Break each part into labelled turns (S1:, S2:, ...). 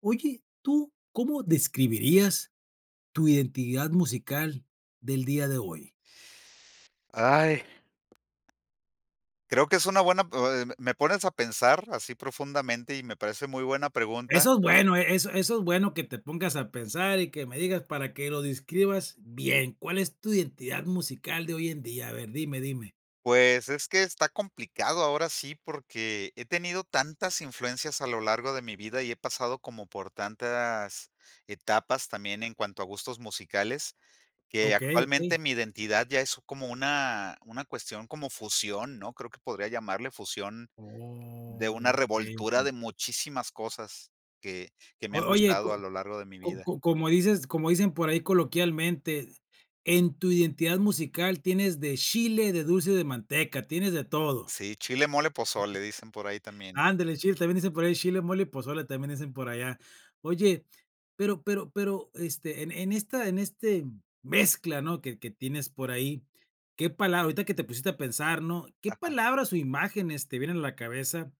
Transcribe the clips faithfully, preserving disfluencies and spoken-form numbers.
S1: Oye, ¿tú cómo describirías tu identidad musical del día de hoy?
S2: Ay, creo que es una buena, eh, me pones a pensar así profundamente y me parece muy buena pregunta.
S1: Eso es bueno, e eso eso es bueno que te pongas a pensar y que me digas para que lo describas bien. ¿Cuál es tu identidad musical de hoy en día? A ver, dime, dime.
S2: Pues es que está complicado ahora sí porque he tenido tantas influencias a lo largo de mi vida y he pasado como por tantas etapas también en cuanto a gustos musicales, que
S1: Okey,
S2: actualmente
S1: okey.
S2: mi identidad ya es como una, una cuestión como fusión, ¿no? Creo que podría llamarle fusión de una
S1: Okey,
S2: revoltura
S1: okey.
S2: de muchísimas cosas que, que me
S1: O
S2: han
S1: oye, co
S2: gustado a lo largo de mi
S1: co
S2: vida.
S1: co como dices como dicen por ahí coloquialmente, en tu identidad musical tienes de chile, de dulce, de manteca, tienes de todo.
S2: Sí, chile, mole, pozole, dicen por ahí también.
S1: Ándale, chile, también dicen por ahí chile, mole y pozole, también dicen por allá. Oye, pero pero pero, este, en en esta en este mezcla, ¿no?, que que tienes por ahí, ¿qué palabra ahorita que te pusiste a pensar, ¿no?, qué
S2: Ajá.
S1: palabras o imágenes te vienen a la cabeza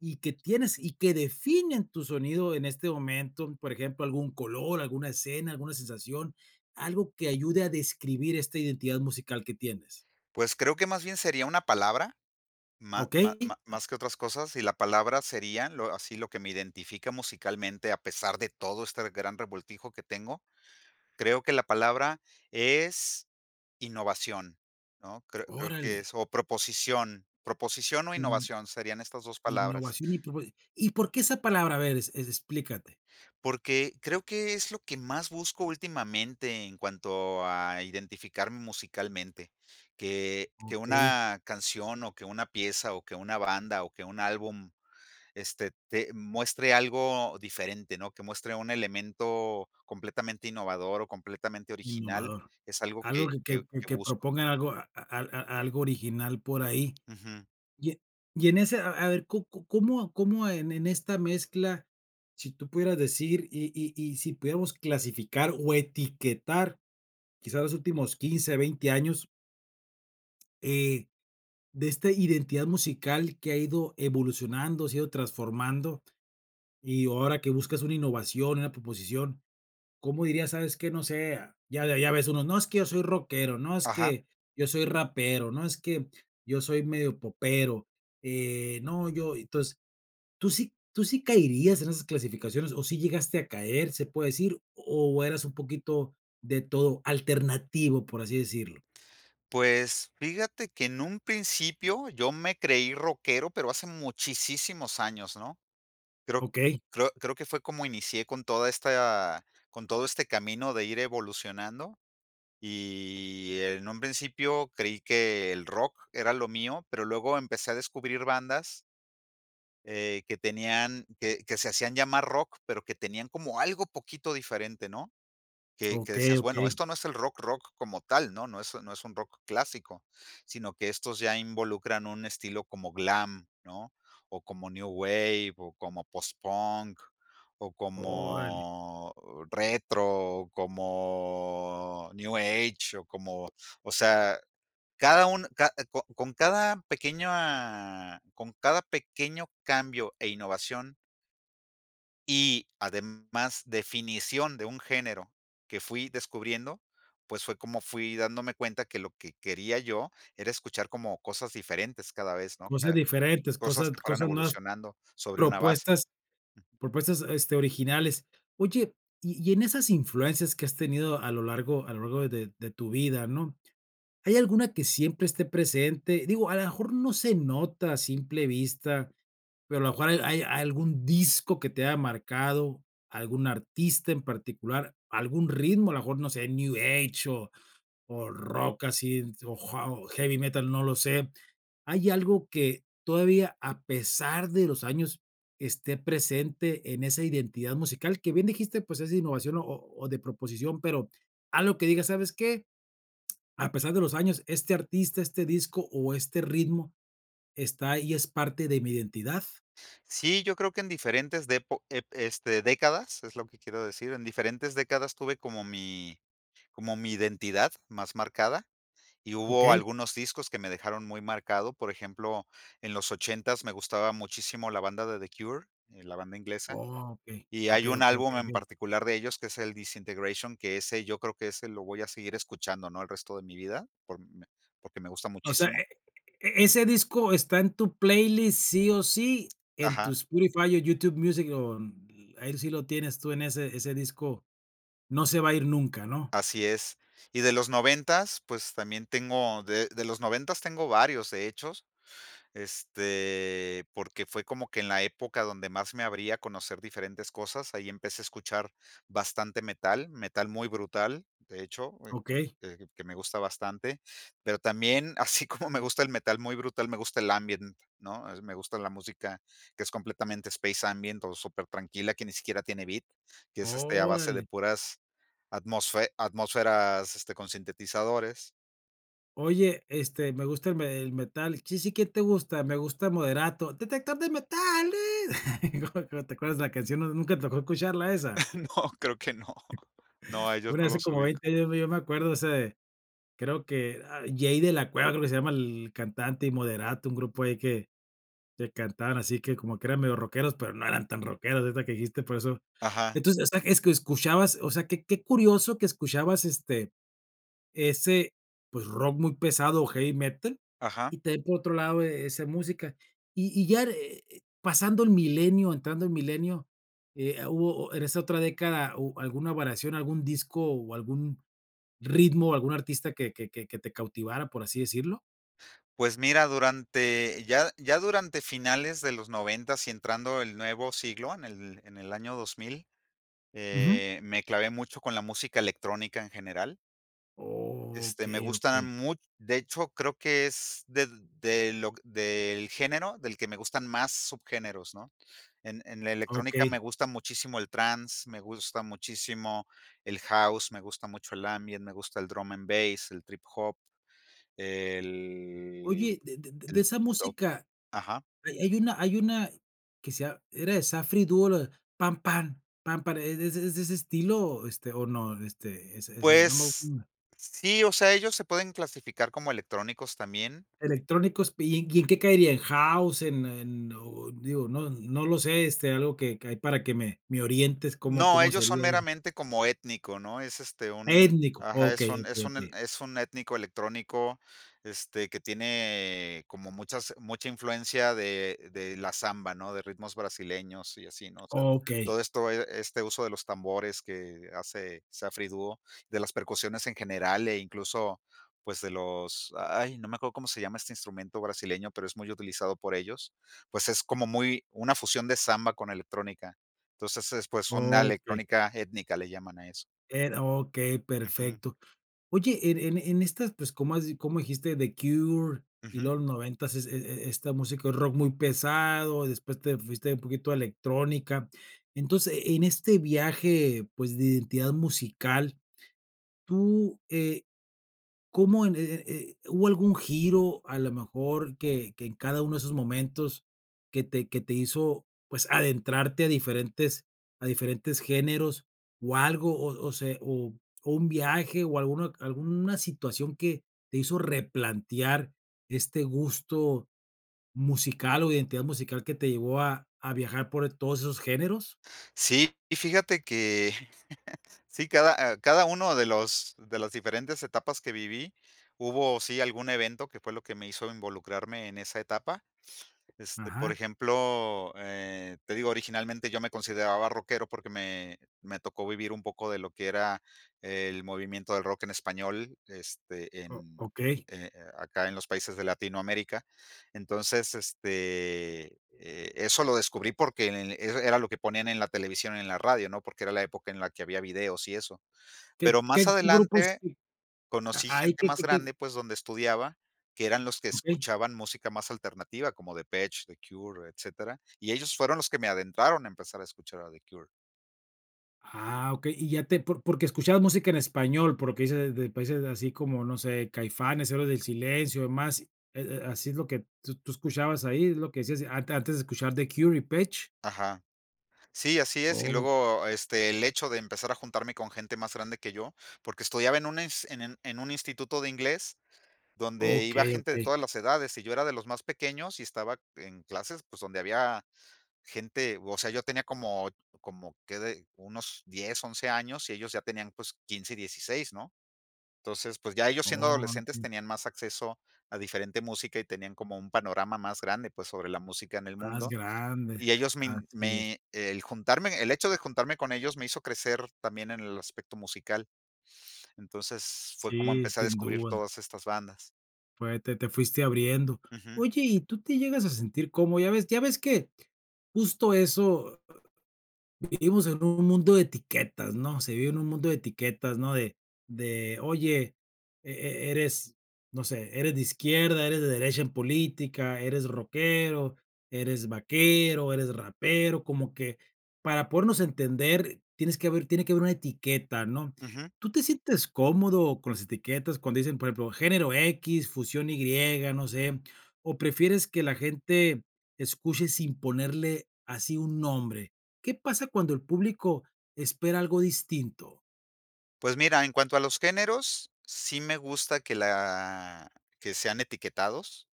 S1: y que tienes y que definen tu sonido en este momento? Por ejemplo, algún color, alguna escena, alguna sensación, algo que ayude a describir esta identidad musical que tienes,
S2: Pues creo que más bien sería una palabra, má
S1: ¿ok?
S2: má má más que otras cosas, y la palabra sería lo así lo que me identifica musicalmente, a pesar de todo este gran revoltijo que tengo. Creo que la palabra es innovación, ¿no? Creo creo que
S1: Órale.
S2: es o proposición, proposición o innovación serían estas dos palabras.
S1: Innovación y propo, ¿y por qué esa palabra? A ver, es es- explícate.
S2: Porque creo que es lo que más busco últimamente en cuanto a identificarme musicalmente, que que
S1: Okey,
S2: una canción, o que una pieza, o que una banda, o que un álbum, este, te muestre algo diferente, ¿no? Que muestre un elemento completamente innovador, o completamente original,
S1: innovador.
S2: es algo
S1: Algo
S2: que
S1: que
S2: que
S1: que que
S2: que
S1: que
S2: busco.
S1: propongan algo a a a algo original por ahí.
S2: Ujú.
S1: Y e y en ese, a a ver, ¿có có cómo cómo en en esta mezcla, si tú pudieras decir y y y si pudiéramos clasificar o etiquetar, quizás los últimos quince veinte años, eh, de esta identidad musical que ha ido evolucionando, se ha ido transformando, y ahora que buscas una innovación, una proposición, ¿cómo dirías, sabes qué? No sé, ya ya ya ves unos, no, es que yo soy rockero, no, es
S2: Ajá.
S1: que yo soy rapero, no, es que yo soy medio popero, eh, no, yo entonces, ¿tú sí tú sí caerías en esas clasificaciones o sí llegaste a caer, se puede decir, o eras un poquito de todo, alternativo, por así decirlo?
S2: Pues, fíjate que en un principio yo me creí rockero, pero hace muchísimos años, ¿no? Creo
S1: Okey,
S2: creo creo que fue como inicié con toda esta con todo este camino de ir evolucionando, y en un principio creí que el rock era lo mío, pero luego empecé a descubrir bandas, eh, que tenían que que se hacían llamar rock, pero que tenían como algo poquito diferente, ¿no? Que que
S1: okey,
S2: decías, bueno,
S1: okey,
S2: esto no es el rock, rock como tal, ¿no? No es no es un rock clásico, sino que estos ya involucran un estilo como glam, ¿no? O como new wave, o como post-punk, o
S1: órale,
S2: como retro, o como new age, o como, o sea, cada un ca eh, co con cada pequeña con cada pequeño cambio e innovación y además, definición de un género que fui descubriendo, pues, fue como fui dándome cuenta que lo que quería yo era escuchar como cosas diferentes cada vez, ¿no?
S1: cosas
S2: Ca
S1: diferentes,
S2: cosas
S1: cosas
S2: que fueran
S1: cosas nuevas,
S2: evolucionando sobre una base.
S1: propuestas. Propuestas, este, originales. Oye, y y en esas influencias que has tenido a lo largo a lo largo de de tu vida, ¿no? ¿Hay alguna que siempre esté presente? Digo, a lo mejor no se nota a simple vista, pero a lo mejor hay hay algún disco que te haya marcado, algún artista en particular, algún ritmo, a lo mejor, no sé, new age o o rock así, o ja o heavy metal, no lo sé. ¿Hay algo que todavía, a pesar de los años, esté presente en esa identidad musical? Que bien dijiste, pues, es innovación o o de proposición, pero algo que digas, ¿sabes qué? A pesar de los años, este artista, este disco o este ritmo está ahí, es parte de mi identidad,
S2: Sí, yo creo que en diferentes depo ep este, décadas, es lo que quiero decir, en diferentes décadas tuve como mi como mi identidad más marcada, y hubo
S1: ¿okey?
S2: algunos discos que me dejaron muy marcado. Por ejemplo, en los ochentas me gustaba muchísimo la banda de The Cure, eh, la banda inglesa.
S1: Okey,
S2: Y hay
S1: okey,
S2: un
S1: okey, okey,
S2: álbum en
S1: okey.
S2: particular de ellos, que es el Disintegration, que ese yo creo que ese lo voy a seguir escuchando, ¿no?, el resto de mi vida, por me porque me gusta
S1: O sea, e
S2: muchísimo.
S1: e ese disco está en tu playlist sí o sí, en tu
S2: Ajá,
S1: Spotify o YouTube Music, o n- ahí sí lo tienes tú en ese ese disco. No se va a ir nunca, ¿no?
S2: así es. Y de los noventas, pues, también tengo de de los noventas tengo varios, de hecho. Este, porque fue como que en la época donde más me abría a conocer diferentes cosas, ahí empecé a escuchar bastante metal, metal muy brutal, de hecho, eh, que
S1: Okey,
S2: que- que me gusta bastante, pero también, así como me gusta el metal muy brutal, me gusta el ambient, ¿no? Es- Me gusta la música que es completamente space ambient o súper tranquila, que ni siquiera tiene beat, que es este, a base de
S1: órale.
S2: puras atmósfe- atmósferas este, con sintetizadores.
S1: Oye, este, me gusta el me el metal. Sí, sí, ¿quién te gusta? Me gusta Moderato. ¡Detector de metales! ¿Cómo cómo te acuerdas de la canción? ¿No nunca te tocó escucharla esa?
S2: No, creo que no. No, a ellos
S1: Bueno,
S2: no
S1: hace
S2: los
S1: como
S2: ubico.
S1: veinte años, ¿no? Yo me acuerdo ese, de, creo que, ah, Jay de la Cueva, creo que se llama el cantante, y Moderato, un grupo ahí que que cantaban así que como que eran medio rockeros, pero no eran tan rockeros, ahorita que dijiste, por eso.
S2: Ajá.
S1: Entonces, o sea, es que escuchabas, o sea, qué qué curioso que escuchabas, este, ese, pues, rock muy pesado o heavy metal,
S2: Ajá.
S1: y también por otro lado, e- esa música. Y y ya, eh, eh, pasando el milenio, entrando el milenio, eh, ah, hubo o- en esa otra década, ¿hu alguna variación, algún disco o algún ritmo, algún artista que que que que te cautivara, por así decirlo?
S2: Pues mira, durante ya ya durante finales de los noventas y entrando el nuevo siglo, en el en el año dos mil,
S1: Ujú.
S2: eh, me clavé mucho con la música electrónica en general. Este, me
S1: Okey, okey,
S2: gustan mu de hecho, creo que es de de lo del género del que me gustan más subgéneros, ¿no? En en la electrónica me
S1: okey.
S2: gusta muchísimo el trance, me gusta muchísimo el house, me gusta mucho el ambient, me gusta el drum and bass, el trip hop, el
S1: Oye, de de de de
S2: el
S1: esa música.
S2: Ajá.
S1: Hay hay una hay una que sea era de Safri y Duo, la de pan Pam, Pam, Pam, ¿es es es de ese estilo, este, o no? Este, ese ese, no me
S2: Pues
S1: acuerdo,
S2: sí, o sea, ellos se pueden clasificar como electrónicos también.
S1: electrónicos, ¿y en ¿y en qué caería? ¿En house? ¿En en o digo, no no lo sé, este, algo que que hay para que me me orientes cómo
S2: No,
S1: cómo
S2: ellos son
S1: sería eso?
S2: meramente como étnico, ¿no? Es, este, un
S1: Étnico,
S2: ajá, es
S1: okey,
S2: un
S1: okey,
S2: es un
S1: okey.
S2: es un étnico electrónico, este, que tiene como muchas mucha influencia de de la samba, ¿no? De ritmos brasileños y así, ¿no? O sea,
S1: Okey,
S2: todo esto, e este uso de los tambores que hace Saffry Duo, de las percusiones en general e incluso, pues, de los ay, no me acuerdo cómo se llama este instrumento brasileño, pero es muy utilizado por ellos, pues, es como muy una fusión de samba con electrónica. Entonces, es, pues, una
S1: okey.
S2: electrónica étnica, le llaman a eso.
S1: Era okey,
S2: Ujú,
S1: perfecto. Oye, en en en estas, pues, como has como dijiste, The Cure y
S2: ujú.
S1: los noventas es e e esta música rock muy pesado, después te fuiste un poquito a electrónica. Entonces, en este viaje, pues, de identidad musical, tú, eh, ¿cómo en eh eh, eh, hubo algún giro, a lo mejor, que que en cada uno de esos momentos que te que te hizo, pues, adentrarte a diferentes a diferentes géneros, o algo, o o se o o un viaje, o alguna alguna situación que te hizo replantear este gusto musical, o identidad musical que te llevó a a viajar por todos esos géneros?
S2: Sí, y fíjate que sí, cada, ah, cada uno de los de las diferentes etapas que viví, hubo, sí, algún evento que fue lo que me hizo involucrarme en esa etapa. Este, por
S1: Ajá,
S2: ejemplo, eh, te digo, originalmente yo me consideraba rockero porque me, me tocó vivir un poco de lo que era el movimiento del rock en español, este,
S1: o
S2: en,
S1: okey.
S2: eh, eh, acá en los países de Latinoamérica. Entonces, este, eh, eso lo descubrí porque en- e- era lo que ponían en la televisión, y en la radio, ¿no? Porque era la época en la que había videos y eso.
S1: ¿Qué
S2: Pero
S1: qué
S2: más
S1: qué grupos,
S2: adelante conocí
S1: hay?
S2: gente
S1: ¿Qué
S2: más
S1: qué qué?
S2: grande, pues, donde estudiaba, que eran los que
S1: Okey.
S2: escuchaban música más alternativa, como Depeche, The Cure, etcétera, y ellos fueron los que me adentraron a empezar a escuchar a The Cure.
S1: Ah, okey. Y ya te por Porque escuchabas música en español, porque lo dices de países así como, no sé, Caifanes, Héroes del Silencio, demás, ¿e e así es lo que tú tú escuchabas ahí? ¿Es lo que decías ante antes de escuchar The Cure y Pitch?
S2: Ajá. Sí, así es, y
S1: Oh,
S2: luego, este, el hecho de empezar a juntarme con gente más grande que yo, porque estudiaba en un ins en en en un instituto de inglés donde iba
S1: okey,
S2: gente de
S1: okey.
S2: todas las edades, y yo era de los más pequeños y estaba en clases, pues, donde había gente, o sea, yo tenía como como que de unos diez, once años, y ellos ya tenían, pues, quince y dieciséis, ¿no? Entonces, pues, ya ellos siendo
S1: Oh,
S2: adolescentes
S1: okey.
S2: tenían más acceso a diferente música y tenían como un panorama más grande, pues, sobre la música en el
S1: Más
S2: mundo.
S1: grande.
S2: Y ellos me in
S1: Así es.
S2: me el juntarme el hecho de juntarme con ellos me hizo crecer también en el aspecto musical. Entonces, fue como
S1: Sí,
S2: empecé a
S1: sin
S2: descubrir
S1: duda.
S2: todas estas bandas.
S1: Pues te te fuiste abriendo.
S2: Ujú,
S1: Oye, ¿y tú te llegas a sentir cómodo? Ya ves ya ves que justo eso vivimos en un mundo de etiquetas, ¿no? Se vive en un mundo de etiquetas, ¿no? De, de oye, e- e- eres, no sé, eres de izquierda, eres de derecha en política, eres rockero, eres vaquero, eres rapero, como que para podernos entender tienes que haber, tiene que haber una etiqueta, ¿no?
S2: ujú.
S1: ¿Tú te sientes cómodo con las etiquetas cuando dicen, por ejemplo, género X, fusión Y, no sé? ¿O prefieres que la gente escuche sin ponerle así un nombre? ¿Qué pasa cuando el público espera algo distinto?
S2: Pues mira, en cuanto a los géneros, sí me gusta que la que sean etiquetados.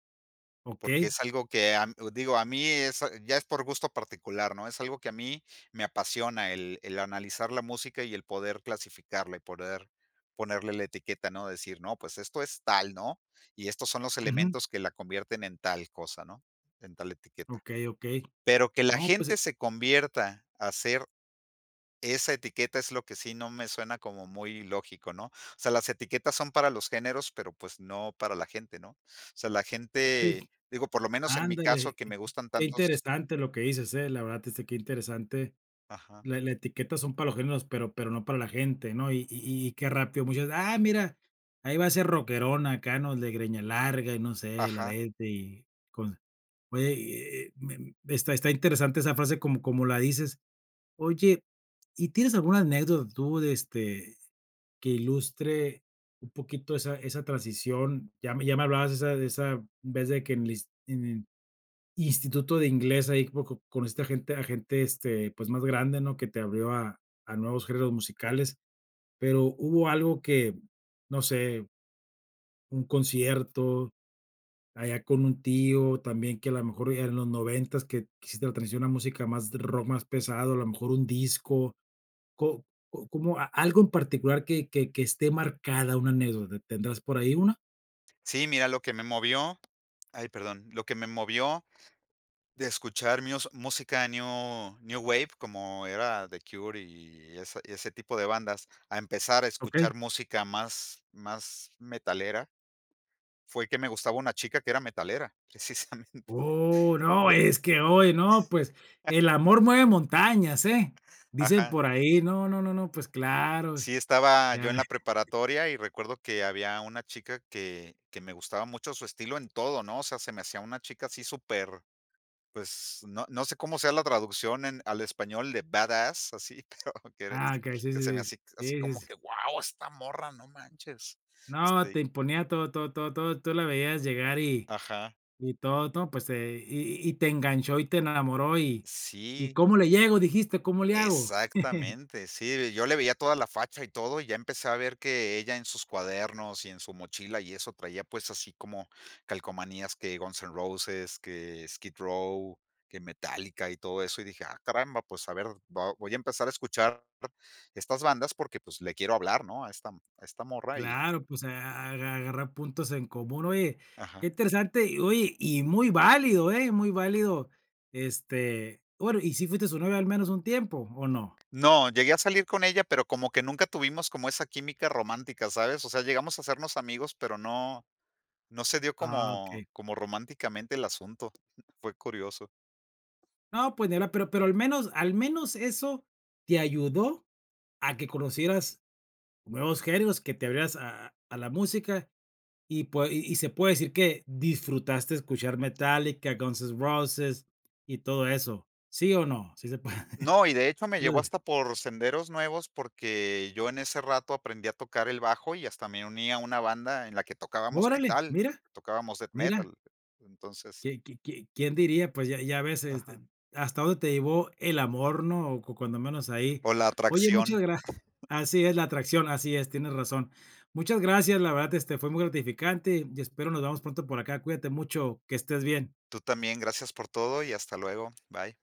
S2: Porque
S1: Okey,
S2: es algo que a digo, a mí es eh, ya es por gusto particular, ¿no? Es algo que a mí me apasiona el el analizar la música y el poder clasificarla y poder ponerle la etiqueta, ¿no? Decir: "No, pues esto es tal, ¿no? Y estos son los
S1: ujú,
S2: elementos que la convierten en tal cosa, ¿no? En tal etiqueta".
S1: okey, okey.
S2: Pero que la
S1: No, pues, eh,
S2: gente se convierta a ser esa etiqueta es lo que sí no me suena como muy lógico, ¿no? O sea, las etiquetas son para los géneros, pero, pues, no para la gente, ¿no? O sea, la gente,
S1: sí,
S2: digo, por lo menos en mi caso,
S1: ándale,
S2: que
S1: qué
S2: me gustan
S1: qué
S2: tantos.
S1: interesante lo que dices, eh, la verdad, este, qué interesante.
S2: Ajá,
S1: La la etiqueta son para los géneros, pero pero no para la gente, ¿no? Y y y qué rápido muchas: "Ah, mira, ahí va a ser rockerón acá, ¿no?, el de greña larga y no sé, el
S2: ajá.
S1: arete y con". Oye, eh, me m está está interesante esa frase como como la dices. Oye, ¿y tienes alguna anécdota tú de, este, que ilustre un poquito esa esa transición? Ya me ya me hablabas esa de esa vez de que en el ins en el instituto de inglés ahí como co conociste a gente a gente, este, pues, más grande, ¿no? Que te abrió a a nuevos géneros musicales, pero, ¿hubo algo que, no sé, un concierto allá con un tío también que a lo mejor en los noventas que hiciste la transición a música más rock, más pesado, a lo mejor un disco, Co co como a algo en particular que que que esté marcada una anécdota, ¿tendrás por ahí una?
S2: Sí, mira, lo que me movió ay, perdón, lo que me movió de escuchar mius música new new wave, como era The Cure y esa y ese tipo de bandas, a empezar a
S1: Okey.
S2: escuchar música más más metalera, fue que me gustaba una chica que era metalera, precisamente.
S1: Oh, no,
S2: Ya-
S1: es que hoy, no, pues, el amor mueve montañas, ¿eh? Dicen
S2: Ajá.
S1: por ahí, no, no, no, no, pues claro,
S2: Sí, estaba
S1: ya.
S2: yo en la preparatoria y recuerdo que había una chica que que me gustaba mucho su estilo en todo, ¿no? O sea, se me hacía una chica así súper, pues, no no sé cómo sea la traducción en al español de badass, así, pero que eres
S1: Ah, okey, sí,
S2: que se me
S1: sí, sí,
S2: hacía así
S1: sí, sí,
S2: como
S1: sí.
S2: que: "Guau, esta morra, no manches".
S1: No,
S2: Este
S1: te imponía todo, todo, todo, todo, tú la veías llegar y
S2: ajá,
S1: y todo, todo, pues, eh, y y te enganchó y te enamoró y y,
S2: sí.
S1: ¿cómo le llego?, dijiste, ¿cómo le hago?
S2: Exactamente, sí, yo le veía toda la facha y todo, y ya empecé a ver que ella en sus cuadernos y en su mochila y eso traía pues así como calcomanías que Guns N' Roses, que Skid Row, que Metallica y todo eso, y dije: "Ah, caramba, pues a ver, va voy a empezar a escuchar estas bandas porque, pues, le quiero hablar, ¿no?, a esta a esta morra", y
S1: Claro, pues, a aga agarrar puntos en común. Oye, qué
S2: ajá.
S1: interesante, y oye, y muy válido, ¿eh? Muy válido, este, bueno, ¿y si fuiste su novia al menos un tiempo, o no?
S2: No, llegué a salir con ella, pero como que nunca tuvimos como esa química romántica, ¿sabes? O sea, llegamos a hacernos amigos, pero no no se dio
S1: Ah, okey.
S2: como como románticamente el asunto. Fue curioso.
S1: No, pues, ni hablar, pero pero al menos al menos eso te ayudó a que conocieras nuevos géneros, que te abrieras a a la música, y pue y y se puede decir que disfrutaste escuchar Metallica, Guns N' Roses y todo eso, ¿sí o no? Sí se puede.
S2: No, y de hecho me llevó hasta por senderos nuevos, porque yo en ese rato aprendí a tocar el bajo y hasta me uní a una banda en la que tocábamos
S1: Órale,
S2: metal,
S1: mira,
S2: tocábamos death
S1: mira.
S2: metal. Entonces
S1: ¿Qui qui qui quién diría? Pues ya ya ves, este,
S2: ajá.
S1: hasta dónde te llevó el amor, ¿no? O cu cuando menos ahí.
S2: O la
S1: Oye, muchas
S2: atracción.
S1: gracias así es, la atracción, así es, tienes razón. Muchas gracias, la verdad, este, fue muy gratificante y espero nos vemos pronto por acá. Cuídate mucho, que estés bien.
S2: Tú también, gracias por todo y hasta luego. Bye.